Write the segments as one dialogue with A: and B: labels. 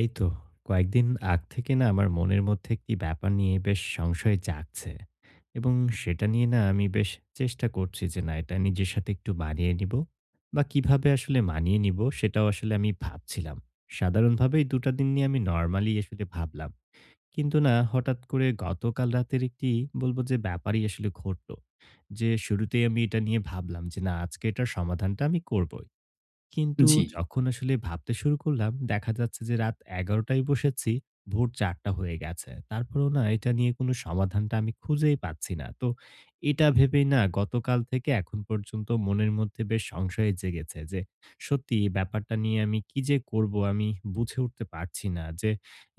A: এই তো কয়েকদিন আগ থেকে না আমার মনের মধ্যে একটি ব্যাপার নিয়ে বেশ সংশয় জাগছে এবং সেটা নিয়ে না আমি বেশ চেষ্টা করছি যে না এটা নিজের সাথে একটু মানিয়ে নিব বা কিভাবে আসলে মানিয়ে নিব সেটাও আসলে আমি ভাবছিলাম। সাধারণভাবেই দুটা দিন নিয়ে আমি নর্মালি আসলে ভাবলাম, কিন্তু না হঠাৎ করে গতকাল রাতের একটি বলবো যে ব্যাপারই আসলে ঘটলো, যে শুরুতেই আমি এটা নিয়ে ভাবলাম যে না আজকে এটার সমাধানটা আমি করব। কিন্তু
B: জি।
A: যখন আসলে ভাবতে শুরু করলাম, দেখা যাচ্ছে যে রাত ১১:০০টায় বসেছি, ভোর ৪:০০টা হয়ে গেছে। তারপরেও না এটা নিয়ে কোনো সমাধানটা আমি খুঁজেই পাচ্ছি না। তো এটা ভেবেই না গতকাল থেকে এখন পর্যন্ত মনের মধ্যে বেশ সংশয় জেগেছে যে সত্যি এই ব্যাপারটা নিয়ে আমি কি যে করব, আমি বুঝে উঠতে পারছি না যে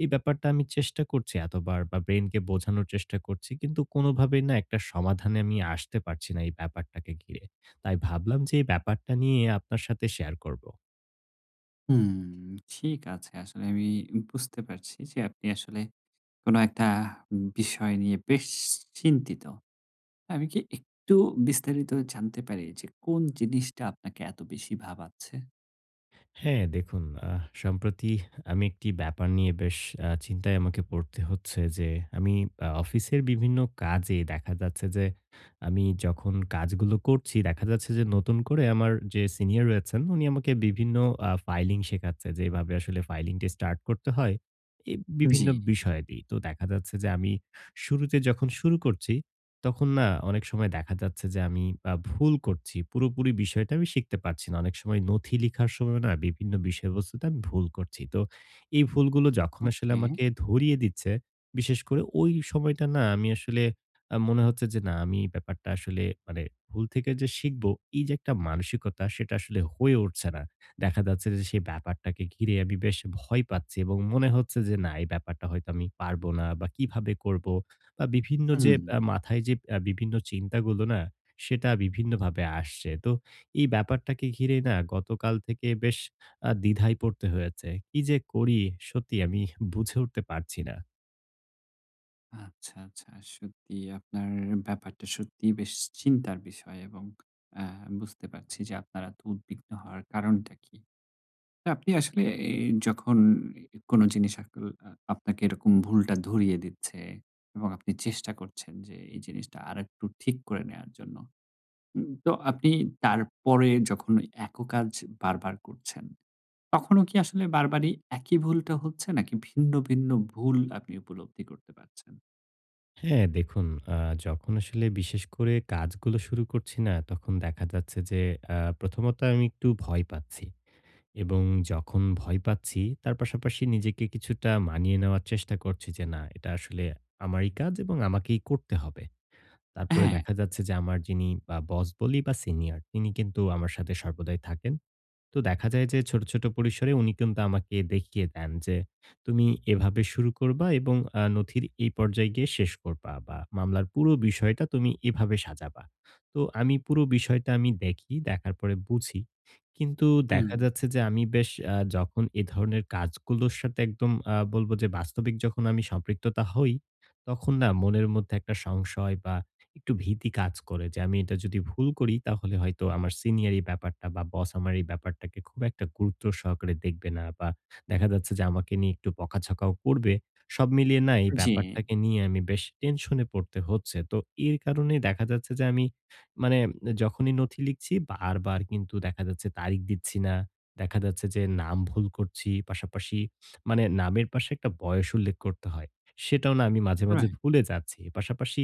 A: এই ব্যাপারটা আমি চেষ্টা করছি এতবার বা ব্রেইনকে বোঝানোর চেষ্টা করছি। কিন্তু কোনোভাবেই না একটা সমাধানে আমি আসতে পারছি না এই ব্যাপারটাকে ঘিরে। তাই ভাবলাম যে এই ব্যাপারটা নিয়ে আপনার সাথে শেয়ার করব।
B: হুম, ঠিক আছে। আসলে আমি বুঝতে পারছি যে আপনি আসলে কোন একটা বিষয় নিয়ে বেশ চিন্তিত। আমি কি একটু বিস্তারিত জানতে পারি যে কোন জিনিসটা আপনাকে এত বেশি ভাবাচ্ছে?
A: হ্যাঁ, দেখুন, সম্প্রতি আমি একটি ব্যাপার নিয়ে বেশ চিন্তায় আমাকে পড়তে হচ্ছে যে আমি অফিসের বিভিন্ন কাজে দেখা যাচ্ছে যে আমি যখন কাজগুলো করছি, দেখা যাচ্ছে যে নতুন করে আমার যে সিনিয়র রয়েছেন উনি আমাকে বিভিন্ন ফাইলিং শেখাচ্ছে যে এভাবে আসলে ফাইলিংটি স্টার্ট করতে হয়। এই
B: জি,
A: বিভিন্ন বিষয়াদি। তো দেখা যাচ্ছে যে আমি শুরুতে যখন শুরু করছি, তখন না অনেক সময় দেখা যাচ্ছে যে আমি ভুল করছি। পুরোপুরি বিষয়টা আমি শিখতে পারছি না। অনেক সময় নথি লিখার সময় না বিভিন্ন বিষয়বস্তুতে আমি ভুল করছি। তো এই ভুলগুলো যখন আসলে
B: ওকে।
A: আমাকে ধরিয়ে দিচ্ছে, বিশেষ করে ওই সময়টা না আমি আসলে মনে হচ্ছে যে না আমি এই ব্যাপারটা আসলে মানে ভুল থেকে যে শিখবো, এই যে একটা মানসিকতা, সেটা আসলে হয়ে উঠছে না। দেখা যাচ্ছে যে সেই ব্যাপারটাকে ঘিরে আমি বেশ ভয় পাচ্ছি এবং মনে হচ্ছে যে না এই ব্যাপারটা হয়তো আমি পারবো না বা কিভাবে করব? বা বিভিন্ন যে
B: হুম,
A: মাথায় যে বিভিন্ন চিন্তাগুলো না, সেটা বিভিন্নভাবে আসছে। তো এই ব্যাপারটাকে ঘিরে না গতকাল থেকে বেশ দ্বিধায় পড়তে হয়েছে। কি যে করি সত্যি আমি বুঝে উঠতে পারছি না।
B: আচ্ছা, আচ্ছা। সত্যি আপনার ব্যাপারটা সত্যিই বেশ চিন্তার বিষয় এবং আ বুঝতে পারছি যে আপনার এত উদ্বিগ্ন হওয়ার কারণটা কি। আপনি আসলে এই যখন কোনো জিনিস আকল আ আপনাকে এরকম ভুলটা ধরিয়ে দিচ্ছে এবং আপনি চেষ্টা করছেন যে এই জিনিসটা আরেকটু ঠিক করে নেয়ার জন্য। তো আপনি তারপরে যখন ওই একই কাজ বারবার করছেন, তখনও কি আসলে বারবারই একই ভুলটা হচ্ছে নাকি ভিন্ন, ভিন্ন ভুল আপনি উপলব্ধি করতে পারছেন?
A: হ্যাঁ, দেখুন, আ যখন আসলে বিশেষ করে কাজগুলো শুরু করছি না, তখন দেখা যাচ্ছে যে প্রথমত আমি একটু ভয় পাচ্ছি এবং যখন ভয় পাচ্ছি তার পাশাপাশি নিজেকে কিছুটা মানিয়ে নেওয়ার চেষ্টা করছি যে, না এটা আসলে আমারই কাজ এবং আমাকেই করতে হবে। তারপরে
B: হ্যাঁ।
A: দেখা যাচ্ছে যে আমার যিনি বা বস বলি বা সিনিয়র, তিনি কিন্তু আমার সাথে সর্বদাই থাকেন। তো দেখা যায় যে ছোট, ছোট পরিসরে উনি কিন্তু আমাকে দেখিয়ে দেন যে, "তুমি এভাবে শুরু করবা এবং নথির এই পর্যায়ে গিয়ে শেষ করবা বা মামলার পুরো বিষয়টা তুমি এভাবে সাজাবা।" তো আমি পুরো বিষয়টা আমি দেখি, দেখার পরে বুঝি। কিন্তু
B: হুম।
A: দেখা যাচ্ছে যে আমি বেশ যখন এ ধরনের কাজগুলোর সাথে একদম বলব যে বাস্তবিক যখন আমি সম্পৃক্ততা হই, তখন না মনের মধ্যে একটা সংশয় বা একটু ভীতি কাজ করে যে আমি এটা যদি ভুল করি তাহলে হয়তো আমার সিনিয়র এই ব্যাপারটা বা বস আমার এই ব্যাপারটাকে খুব একটা গুরুত্ব সহকারে দেখবে না, বা দেখা যাচ্ছে যে আমাকে নিয়ে একটু বকাঝকাও করবে। সব মিলিয়ে না এই
B: জি,
A: ব্যাপারটাকে নিয়ে আমি বেশ টেনশনে পড়তে হচ্ছে। তো এর কারণে দেখা যাচ্ছে যে আমি মানে যখনই নথি লিখছি, বারবার কিন্তু দেখা যাচ্ছে তারিখ দিচ্ছি না। দেখা যাচ্ছে যে নাম ভুল করছি। পাশাপাশি মানে নামের পাশে একটা বয়স উল্লেখ করতে হয়। সেটাও না আমি মাঝে, মাঝে
B: রাইট।
A: ভুলে যাচ্ছি। পাশাপাশি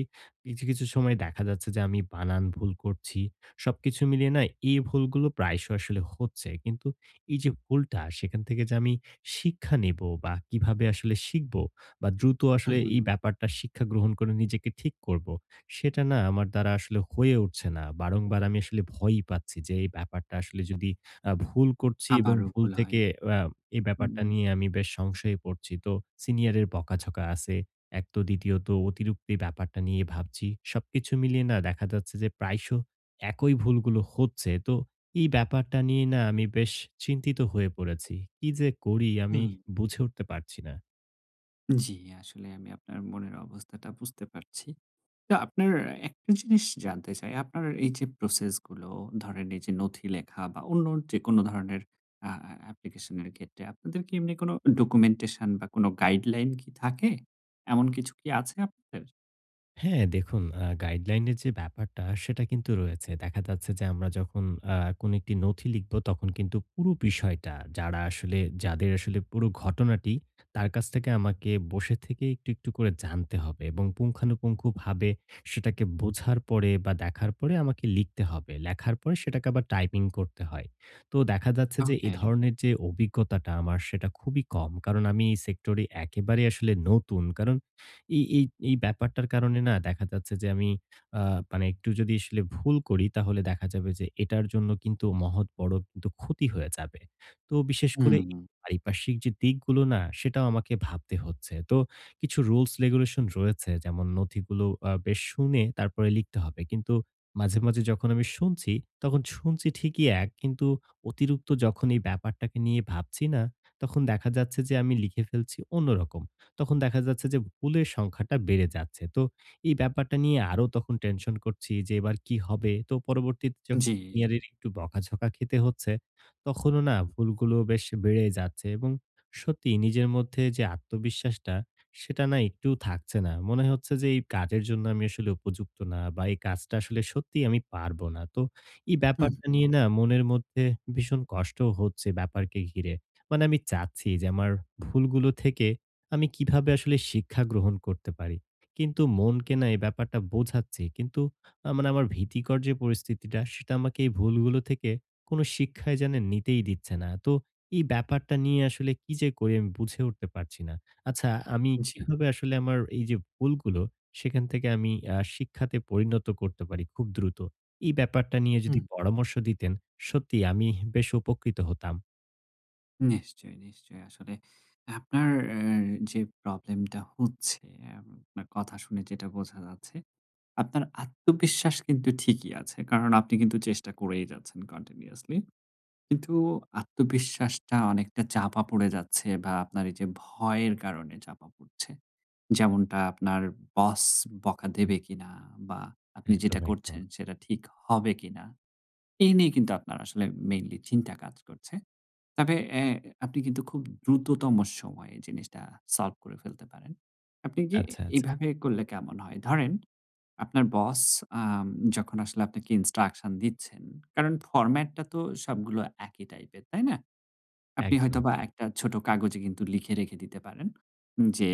A: কিছু, কিছু সময় দেখা যাচ্ছে যে আমি বানান ভুল করছি। সবকিছু মিলিয়ে না এই ভুলগুলো প্রায়শই আসলে হচ্ছে। কিন্তু এই যে ভুলটা, সেখান থেকে যে আমি শিক্ষা নেবো বা কিভাবে আসলে শিখবো বা দ্রুত
B: হুম,
A: আসলে এই
B: হুম।
A: ব্যাপারটা শিক্ষা গ্রহণ করে নিজেকে ঠিক করবো, সেটা না আমার দ্বারা আসলে হয়ে উঠছে না। বারংবার আমি আসলে ভয়ই পাচ্ছি যে এই ব্যাপারটা আসলে যদি ভুল করছি এবং
B: আবারও
A: ভুল
B: ভুল হয়।
A: থেকে আ এই ব্যাপারটা নিয়ে
B: হুম।
A: আমি বেশ সংশয়ে পড়ছি। তো সিনিয়রের বকাঝকা আছে। এক তো, দ্বিতীয়ত অতিরিক্তি ব্যাপারটা নিয়ে ভাবছি। সবকিছু মিলিয়ে না দেখা যাচ্ছে যে প্রায়শ একই ভুলগুলো হচ্ছে। তো এই ব্যাপারটা নিয়ে না আমি বেশ চিন্তিত হয়ে পড়েছি। কি যে করি আমি
B: হুম।
A: বুঝে উঠতে পারছি না।
B: জি, আসলে আমি আপনার মনের অবস্থাটা বুঝতে পারছি। তো আপনার একটা জিনিস জানতে চাই, আপনার এই যে প্রসেস গুলো ধরেন এই যে নথি লেখা বা অন্য যেকোনো ধরনের আ আ অ্যাপ্লিকেশন এর ক্ষেত্রে আপনাদের কি এমনি কোনো ডকুমেন্টেশন বা কোনো গাইডলাইন কি থাকে? এমন কিছু কি আছে আপনাদের?
A: হ্যাঁ, দেখুন, গাইডলাইনের যে ব্যাপারটা সেটা কিন্তু রয়েছে। দেখা যাচ্ছে যে আমরা যখন কোনো একটি নথি লিখব তখন কিন্তু পুরো বিষয়টা যারা আসলে, যাদের আসলে পুরো ঘটনাটি, তার কাছ থেকে আমাকে বসে থেকে একটু, একটু করে জানতে হবে এবং পুঙ্খানুপুঙ্খভাবে সেটাকে বোঝার পরে বা দেখার পরে আমাকে লিখতে হবে। লেখার পরে সেটাকে আবার টাইপিং করতে হয়। তো দেখা যাচ্ছে যে এ
B: ওকে।
A: ধরনের যে অভিজ্ঞতাটা আমার সেটা খুবই কম। কারণ আমি এই সেক্টরে একেবারে আসলে নতুন। কারণ এই এই এই ব্যাপারটার কারণে না দেখা যাচ্ছে যে আমি আ মানে একটু যদি আসলে ভুল করি তাহলে দেখা যাবে যে এটার জন্য কিন্তু মহৎ বড় কিন্তু ক্ষতি হয়ে যাবে। তো বিশেষ করে
B: হুম,
A: এই পারিপার্শ্বিক যে দিকগুলো না, সেটাও আমাকে ভাবতে হচ্ছে। তো কিছু রুলস রেগুলেশন রয়েছে, যেমন নথিগুলো বেশ শুনে তারপরে লিখতে হবে। কিন্তু মাঝে, মাঝে যখন আমি শুনছি তখন শুনছি ঠিকই এক, কিন্তু অতিরিক্ত যখন এই ব্যাপারটাকে নিয়ে ভাবছি না, তখন দেখা যাচ্ছে যে আমি লিখে ফেলছি অন্যরকম। তখন দেখা যাচ্ছে যে ভুলের সংখ্যাটা বেড়ে যাচ্ছে। তো এই ব্যাপারটা নিয়ে আরো তখন টেনশন করছি যে এবার কি হবে? তো পরবর্তীতে যখন
B: জি।
A: সিনিয়রের একটু বকাঝকা খেতে হচ্ছে, তখনও না ভুলগুলো বেশ বেড়ে যাচ্ছে এবং সত্যি নিজের মধ্যে যে আত্মবিশ্বাসটা, সেটা না একটু থাকছে না। মনে হচ্ছে যে এই কাজের জন্য আমি আসলে উপযুক্ত না, বা এই কাজটা আসলে সত্যিই আমি পারবো না। তো এই
B: হুম,
A: ব্যাপারটা
B: হুম,
A: নিয়ে না মনের মধ্যে ভীষণ কষ্ট হচ্ছে ব্যাপারকে ঘিরে। মানে আমি চাচ্ছি যে আমার ভুলগুলো থেকে আমি কিভাবে আসলে শিক্ষা গ্রহণ করতে পারি? কিন্তু মনকে না এই ব্যাপারটা বোঝাচ্ছি। কিন্তু মানে আমার ভীতিকর যে পরিস্থিতিটা, সেটা আমাকে এই ভুলগুলো থেকে কোনো শিক্ষাই যেন নিতেই দিচ্ছে না। তো এই ব্যাপারটা নিয়ে আসলে কি যে করি আমি বুঝে উঠতে পারছি না। আচ্ছা, আমি
B: জি।
A: কিভাবে আসলে আমার এই যে ভুলগুলো, সেখান থেকে আমি শিক্ষাতে পরিণত করতে পারি খুব দ্রুত? এই ব্যাপারটা নিয়ে যদি
B: হুম,
A: পরামর্শ দিতেন, সত্যি আমি বেশ উপকৃত হতাম।
B: নিশ্চয়ই, নিশ্চয়ই। আসলে আপনার যে প্রবলেমটা হচ্ছে, আপনার কথা শুনে যেটা বোঝা যাচ্ছে আপনার আত্মবিশ্বাস কিন্তু ঠিকই আছে। কারণ আপনি কিন্তু চেষ্টা করেই যাচ্ছেন কন্টিনিউয়াসলি। কিন্তু আত্মবিশ্বাসটা অনেকটা চাপা পড়ে যাচ্ছে বা আপনার এই যে ভয়ের কারণে চাপা পড়ছে। যেমনটা আপনার বস বকা দেবে কিনা বা আপনি
A: একদম,
B: যেটা
A: একদম।
B: করছেন সেটা ঠিক হবে কিনা? এই নিয়ে কিন্তু আপনার আসলে মেইনলি চিন্তা কাজ করছে। তবে আপনি কিন্তু খুব দ্রুততম সময়ে জিনিসটা সলভ করে ফেলতে পারেন। আপনি কি
A: আচ্ছা, আচ্ছা।
B: এভাবে করলে কেমন হয়? ধরেন আপনার বস আম যখন আসলে আপনাকে ইনস্ট্রাকশন দিচ্ছেন, কারণ ফরম্যাটটা তো সবগুলো একই টাইপের, তাই না? আপনি
A: একদম,
B: হয়তোবা
A: একদম।
B: একটা ছোট কাগজে কিন্তু লিখে রেখে দিতে পারেন যে,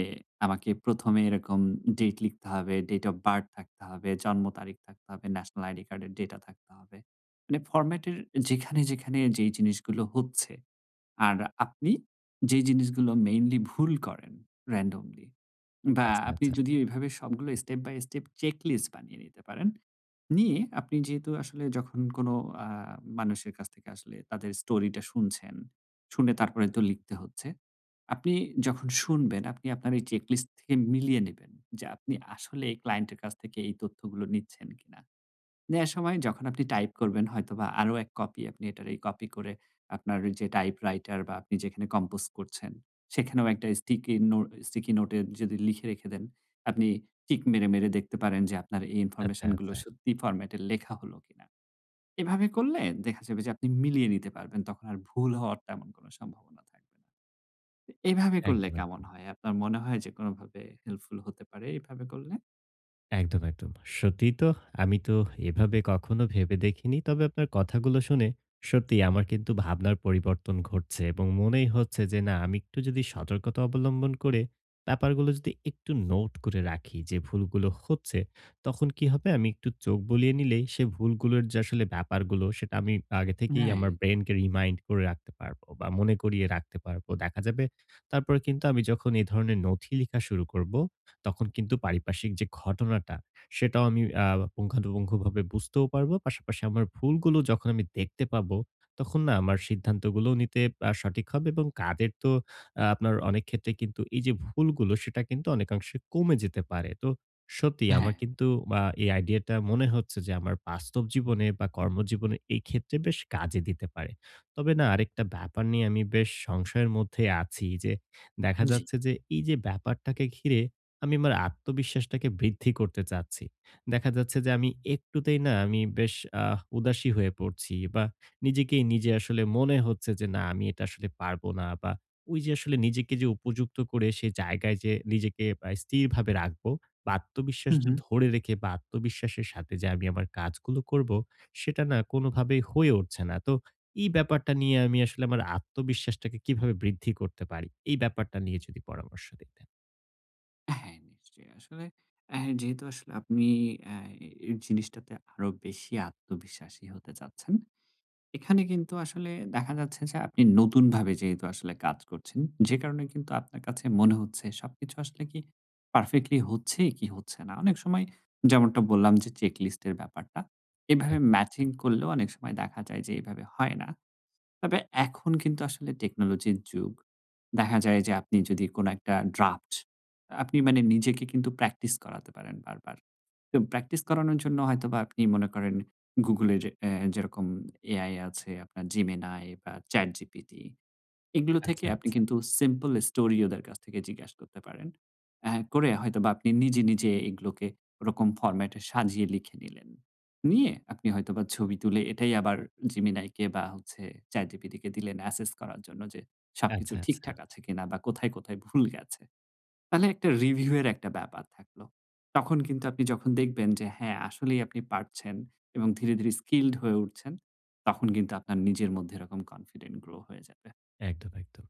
B: আমাকে ১ম এ এরকম ডেট লিখতে হবে, ডেট অফ বার্থ থাকতে হবে, জন্ম তারিখ থাকতে হবে, ন্যাশনাল আইডি কার্ডের ডেটা থাকতে হবে। মানে ফরম্যাটের যেখানে, যেখানে যেই জিনিসগুলো হচ্ছে আর আপনি যেই জিনিসগুলো মেইনলি ভুল করেন randomly বা
A: আচ্ছা,
B: আপনি
A: আচ্ছা।
B: যদি এভাবে সবগুলো স্টেপ বাই স্টেপ চেকলিস্ট বানিয়ে নিতে পারেন। নিয়ে আপনি যেহেতু আসলে যখন কোনো আ মানুষের কাছ থেকে আসলে তাদের স্টোরিটা শুনছেন, শুনে তারপরে তো লিখতে হচ্ছে। আপনি যখন শুনবেন, আপনি আপনার এই চেকলিস্ট থেকে মিলিয়ে নেবেন যে আপনি আসলে ক্লায়েন্টের কাছ থেকে এই তথ্যগুলো নিচ্ছেন কিনা। নেয়ার সময় যখন আপনি টাইপ করবেন হয়তোবা আরো ১ কপি আপনি এটার এই কপি করে আপনার ওই যে টাইপরাইটার বা আপনি যেখানে কম্পোজ করছেন, সেখানেও একটা স্টিকি নোটে যদি লিখে রেখে দেন, আপনি টিক মেরে, মেরে দেখতে পারেন যে আপনার এই
A: আচ্ছা,
B: ইনফরমেশন গুলো
A: আচ্ছা।
B: সত্যি ফরম্যাটে লেখা হলো কিনা। এভাবে করলে দেখা যাবে যে আপনি মিলিয়ে নিতে পারবেন। তখন আর ভুল হওয়ার তেমন কোনো সম্ভাবনা থাকবে না। তো এভাবে করলে
A: একদম,
B: কেমন
A: একদম।
B: হয়? আপনার মনে হয় যে কোনোভাবে হেল্পফুল হতে পারে এভাবে করলে?
A: একদম, একদম। সত্যিই তো, আমি তো এভাবে কখনো ভেবে দেখিনি। তবে আপনার কথাগুলো শুনে সত্যিই আমার কিন্তু ভাবনার পরিবর্তন ঘটছে এবং মনেই হচ্ছে যে না আমি একটু যদি সতর্কতা অবলম্বন করে ব্যাপারগুলো যদি একটু নোট করে রাখি যে ভুলগুলো হচ্ছে, তখন কি হবে আমি একটু চোখ বুলিয়ে নিলেই সে ভুলগুলোর যে আসলে ব্যাপারগুলো সেটা আমি আগে থেকেই আমার
B: রাইট।
A: ব্রেইনকে রিমাইন্ড করে রাখতে পারবো বা মনে করিয়ে রাখতে পারবো। দেখা যাবে তারপরে কিন্তু আমি যখন এ ধরনের নথি লিখা শুরু করব তখন কিন্তু পারিপার্শ্বিক যে ঘটনাটা, সেটাও আমি পুঙ্খানুপুঙ্খভাবে বুঝতেও পারবো। পাশাপাশি আমার ভুলগুলো যখন আমি দেখতে পাবো, তখন না আমার সিদ্ধান্তগুলোও নিতে সঠিক হবে এবং কাজের তো আপনার অনেক ক্ষেত্রে কিন্তু এই যে ভুলগুলো, সেটা কিন্তু অনেকাংশে কমে যেতে পারে। তো সত্যিই
B: হ্যাঁ,
A: আমার কিন্তু এই আইডিয়াটা মনে হচ্ছে যে আমার বাস্তব জীবনে বা কর্মজীবনে এই ক্ষেত্রে বেশ কাজে দিতে পারে। তবে না আরেকটা ব্যাপার নিয়ে আমি বেশ সংশয়ের মধ্যে আছি যে দেখা
B: জি।
A: যাচ্ছে যে এই যে ব্যাপারটাকে ঘিরে আমি আমার আত্মবিশ্বাসটাকে বৃদ্ধি করতে চাচ্ছি। দেখা যাচ্ছে যে আমি একটুতেই না আমি বেশ উদাসী হয়ে পড়ছি, বা নিজেকেই নিজে আসলে মনে হচ্ছে যে না আমি এটা আসলে পারবো না, বা ওই যে আসলে নিজেকে যে উপযুক্ত করে সেই জায়গায় যে নিজেকে স্থিরভাবে রাখবো বা
B: হু,
A: আত্মবিশ্বাসটা
B: হু।
A: ধরে রেখে বা আত্মবিশ্বাসের সাথে যে আমি আমার কাজগুলো করবো, সেটা না কোনোভাবেই হয়ে উঠছে না। তো এই ব্যাপারটা নিয়ে আমি আসলে আমার আত্মবিশ্বাসটাকে কিভাবে বৃদ্ধি করতে পারি? এই ব্যাপারটা নিয়ে যদি পরামর্শ দিতেন।
B: হ্যাঁ, নিশ্চয়ই। আসলে যেহেতু আসলে আপনি অ্যা এই জিনিসটাতে আরো বেশি আত্মবিশ্বাসী হতে চাচ্ছেন, এখানে কিন্তু আসলে দেখা যাচ্ছে যে আপনি নতুনভাবে যেহেতু আসলে কাজ করছেন, যে কারণে কিন্তু আপনার কাছে মনে হচ্ছে সবকিছু আসলে কি পারফেক্টলি হচ্ছে কি হচ্ছে না। অনেক সময় যেমনটা বললাম যে চেকলিস্টের ব্যাপারটা, এভাবে
A: একদম,
B: ম্যাচিং
A: একদম।
B: করলেও অনেক সময় দেখা যায় যে এভাবে হয় না। তবে এখন কিন্তু আসলে টেকনোলজির যুগ। দেখা যায় যে আপনি যদি কোনো একটা ড্রাফট আপনি মানে নিজেকে কিন্তু প্র্যাকটিস করাতে পারেন বারবার। তো প্র্যাকটিস করানোর জন্য হয়তোবা আপনি মনে করেন Google এর যেরকম AI আছে আপনার Gemini বা ChatGPT এগুলো থেকে
A: আচ্ছা,
B: আপনি
A: আচ্ছা,
B: কিন্তু সিম্পল স্টোরি ওদের কাছ থেকে জিজ্ঞাসা করতে পারেন। করে হয়তোবা আপনি নিজে, নিজে এগুলোকে ওরকম ফরম্যাটে সাজিয়ে লিখে নিলেন। নিয়ে আপনি হয়তোবা ছবি তুলে এটাই আবার Gemini কে বা হচ্ছে ChatGPT কে দিলেন অ্যাসেস করার জন্য যে সবকিছু
A: আচ্ছা, আচ্ছা।
B: ঠিকঠাক আছে কিনা বা কোথায়, কোথায় ভুল গেছে। তাহলে একটা রিভিউ এর একটা ব্যাপার থাকলো। তখন কিন্তু আপনি যখন দেখবেন যে হ্যাঁ, আসলেই আপনি পারছেন এবং ধীরে, ধীরে স্কিলড হয়ে উঠছেন, তখন কিন্তু আপনার নিজের মধ্যে এরকম কনফিডেন্ট গ্রো হয়ে যাবে।
A: একদম, একদম,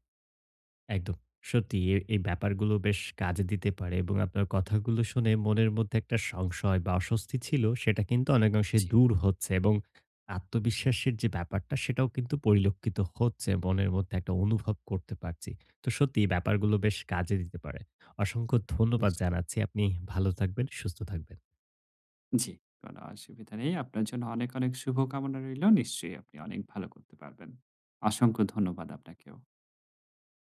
A: একদম। সত্যি এই ব্যাপারগুলো বেশ কাজে দিতে পারে এবং আপনার কথাগুলো শুনে মনের মধ্যে একটা সংশয় বা অস্বস্তি ছিল, সেটা কিন্তু অনেকাংশে
B: জি।
A: দূর হচ্ছে এবং আত্মবিশ্বাসের যে ব্যাপারটা, সেটাও কিন্তু পরিলক্ষিত হচ্ছে। মনের মধ্যে একটা অনুভব করতে পারছি। তো সত্যি এই ব্যাপারগুলো বেশ কাজে দিতে পারে। অসংখ্য ধন্যবাদ
B: নিশ্চয়ই।
A: জানাচ্ছি। আপনি ভালো থাকবেন, সুস্থ থাকবেন।
B: জি, কোনো অসুবিধা নেই। আপনার জন্য অনেক, অনেক শুভকামনা রইল। নিশ্চয়ই আপনি অনেক ভালো করতে পারবেন। অসংখ্য ধন্যবাদ আপনাকেও।